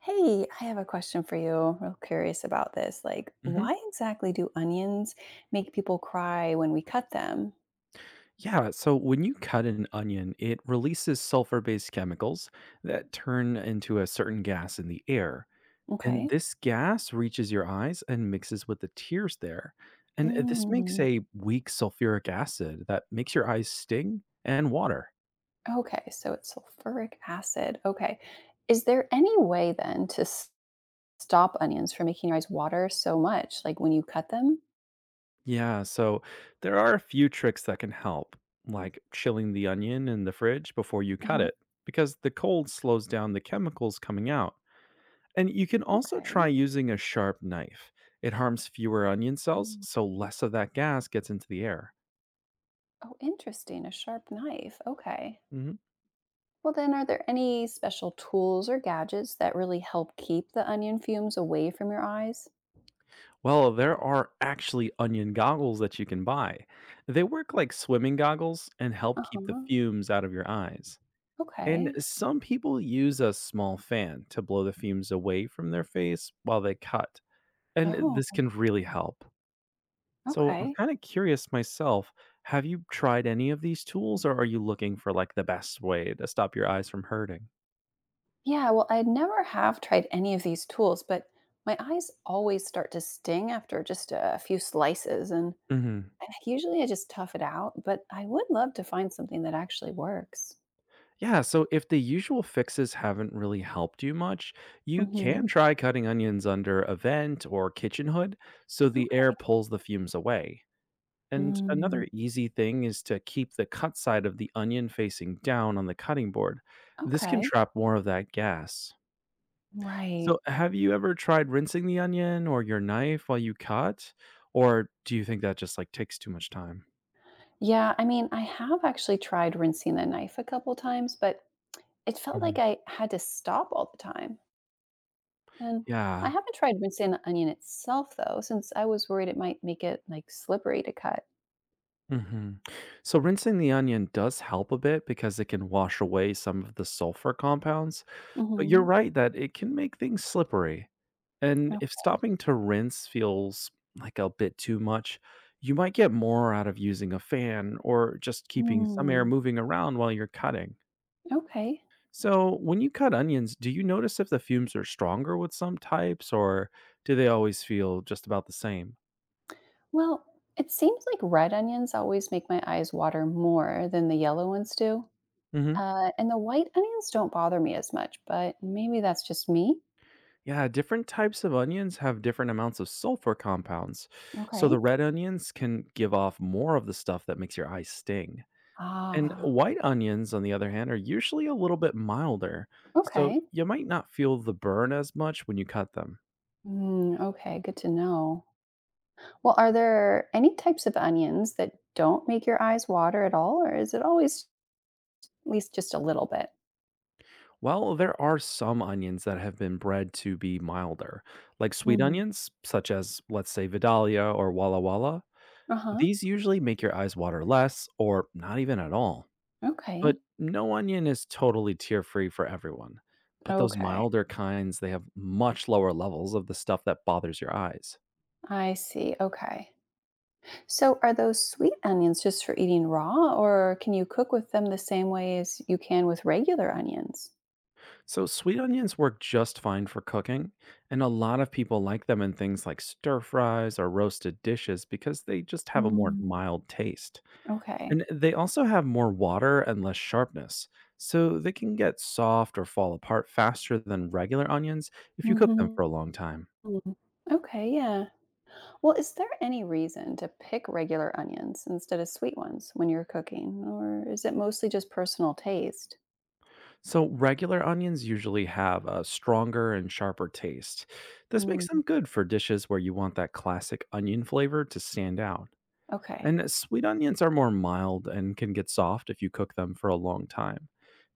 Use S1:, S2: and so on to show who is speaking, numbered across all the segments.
S1: Hey, I have a question for you. Real curious about this. Like,
S2: Mhm.
S1: why exactly do onions make people cry when we cut them?
S2: Yeah. So when you cut an onion, it releases sulfur based chemicals that turn into a certain gas in the air. And
S1: Okay.
S2: this gas reaches your eyes and mixes with the tears there. And this makes
S1: Mm.
S2: a weak sulfuric acid that makes your eyes sting and water.
S1: Okay, so it's sulfuric acid. Okay. Is there any way then stop onions from making your eyes water so much, like when you cut them?
S2: Yeah. So there are a few tricks that can help, like chilling the onion in the fridge before you cut
S1: Uh-huh.
S2: it, because the cold slows down the chemicals coming out. And you can also
S1: Okay.
S2: try using a sharp knife. It harms fewer onion cells,
S1: Mm.
S2: so less of that gas gets into the air.
S1: Oh, interesting. A sharp knife. Okay.
S2: hmm
S1: Well, then, are there any special tools or gadgets that really help keep the onion fumes away from your eyes?
S2: Well, there are actually onion goggles that you can buy. They work like swimming goggles and help
S1: Uh
S2: keep the
S1: huh.
S2: fumes out of your eyes. And
S1: Okay.
S2: some people use a small fan to blow the fumes away from their face while they cut. And
S1: Oh,
S2: this can really help. So I'm
S1: okay.
S2: kind of curious myself. Have you tried any of these tools or are you looking for like the best way to stop your eyes from hurting?
S1: Yeah, well, I never have tried any of these tools, but my eyes always start to sting after just a few slices, and
S2: hmm
S1: usually I just tough it out, but I would love to find something that actually works.
S2: Yeah. So if the usual fixes haven't really helped you much, you can
S1: Hmm.
S2: try cutting onions under a vent or kitchen hood so the air
S1: Okay.
S2: pulls the fumes away. And
S1: Mm,
S2: another easy thing is to keep the cut side of the onion facing down on the cutting board. This can
S1: okay.
S2: trap more of that gas.
S1: Right.
S2: So, have you ever tried rinsing the onion or your knife while you cut, or do you think that just, like, takes too much time?
S1: Yeah, I mean, I have actually tried rinsing the knife a couple times, but it felt
S2: Mhm.
S1: like I had to stop all the time. And I
S2: Yeah.
S1: haven't tried rinsing the onion itself though, since I was worried it might make it like slippery to cut.
S2: Mhm. So, rinsing the onion does help a bit because it can wash away some of the sulfur compounds, but you're
S1: Hmm.
S2: right that it can make things slippery. And
S1: Oh.
S2: if stopping to rinse feels like a bit too much, you might get more out of using a fan or just keeping some air
S1: Mm.
S2: moving around while you're cutting.
S1: Okay.
S2: So, when you cut onions, do you notice if the fumes are stronger with some types or do they always feel just about the same?
S1: Well, it seems like red onions always make my eyes water more than the yellow ones do.
S2: hmm
S1: And the white onions don't bother me as much, but maybe that's just me.
S2: Yeah, different types of onions have different amounts of sulfur compounds. So,
S1: Okay.
S2: the red onions can give off more of the stuff that makes your eyes sting. And
S1: Ah,
S2: white onions, on the other hand, are usually a little bit milder. So,
S1: okay.
S2: you might not feel the burn as much when you cut them.
S1: Mm, okay, good to know. Well, are there any types of onions that don't make your eyes water at all, or is it always at least just a little bit?
S2: Well, there are some onions that have been bred to be milder, like sweet
S1: Mhm.
S2: onions, such as, let's say, Vidalia or Walla Walla.
S1: Uh-huh.
S2: These usually make your eyes water less or not even at all. But
S1: Okay.
S2: no onion is totally tear free for everyone. But those
S1: Okay.
S2: milder kinds, they have much lower levels of the stuff that bothers your eyes.
S1: I see. Okay. So are those sweet onions just for eating raw, or can you cook with them the same way as you can with regular onions?
S2: So, sweet onions work just fine for cooking, and a lot of people like them in things like stir fries or roasted dishes because they just have a more
S1: Mm,
S2: mild taste.
S1: okay.
S2: And they also have more water and less sharpness, so they can get soft or fall apart faster than regular onions if you cook
S1: Hmm.
S2: them for a long time.
S1: Okay, yeah. Well, is there any reason to pick regular onions instead of sweet ones when you're cooking, or is it mostly just personal taste?
S2: So, regular onions usually have a stronger and sharper taste. This
S1: Mm,
S2: makes them good for dishes where you want that classic onion flavor to stand out.
S1: okay,
S2: And sweet onions are more mild and can get soft if you cook them for a long time.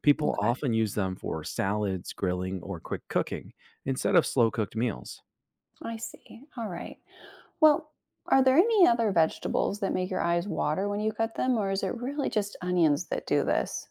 S2: People
S1: okay.
S2: often use them for salads, grilling, or quick cooking instead of slow cooked meals.
S1: I see. All right. Well, are there any other vegetables that make your eyes water when you cut them, or is it really just onions that do this?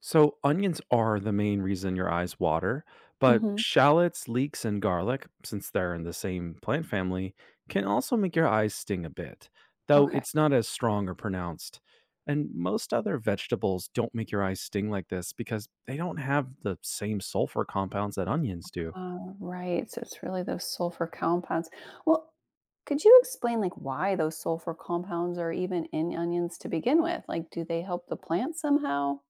S2: So, onions are the main reason your eyes water, but
S1: Hmm.
S2: shallots, leeks, and garlic, since they're in the same plant family, can also make your eyes sting a bit, though
S1: Okay.
S2: it's not as strong or pronounced. And most other vegetables don't make your eyes sting like this because they don't have the same sulfur compounds that onions do.
S1: Right. So it's really those sulfur compounds. Well, could you explain like why those sulfur compounds are even in onions to begin with? Like, do they help the plant somehow?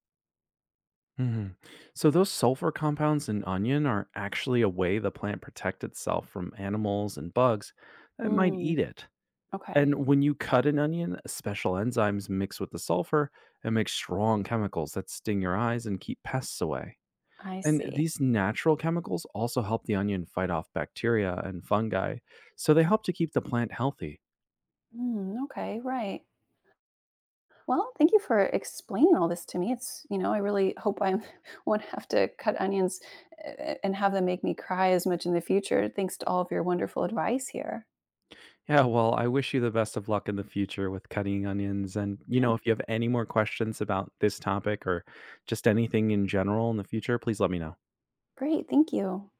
S2: Mhm. So, those sulfur compounds in onion are actually a way the plant protects itself from animals and bugs that might
S1: Hmm.
S2: eat it.
S1: Okay.
S2: And when you cut an onion, special enzymes mix with the sulfur and make strong chemicals that sting your eyes and keep pests away.
S1: I
S2: And
S1: see.
S2: these natural chemicals also help the onion fight off bacteria and fungi, so they help to keep the plant healthy.
S1: Hmm. Okay. Right. Well, thank you for explaining all this to me. It's, you know, I really hope I won't have to cut onions and have them make me cry as much in the future. Thanks to all of your wonderful advice here.
S2: Yeah, well, I wish you the best of luck in the future with cutting onions. And, you know, if you have any more questions about this topic or just anything in general in the future, please let me know.
S1: Great. Thank you.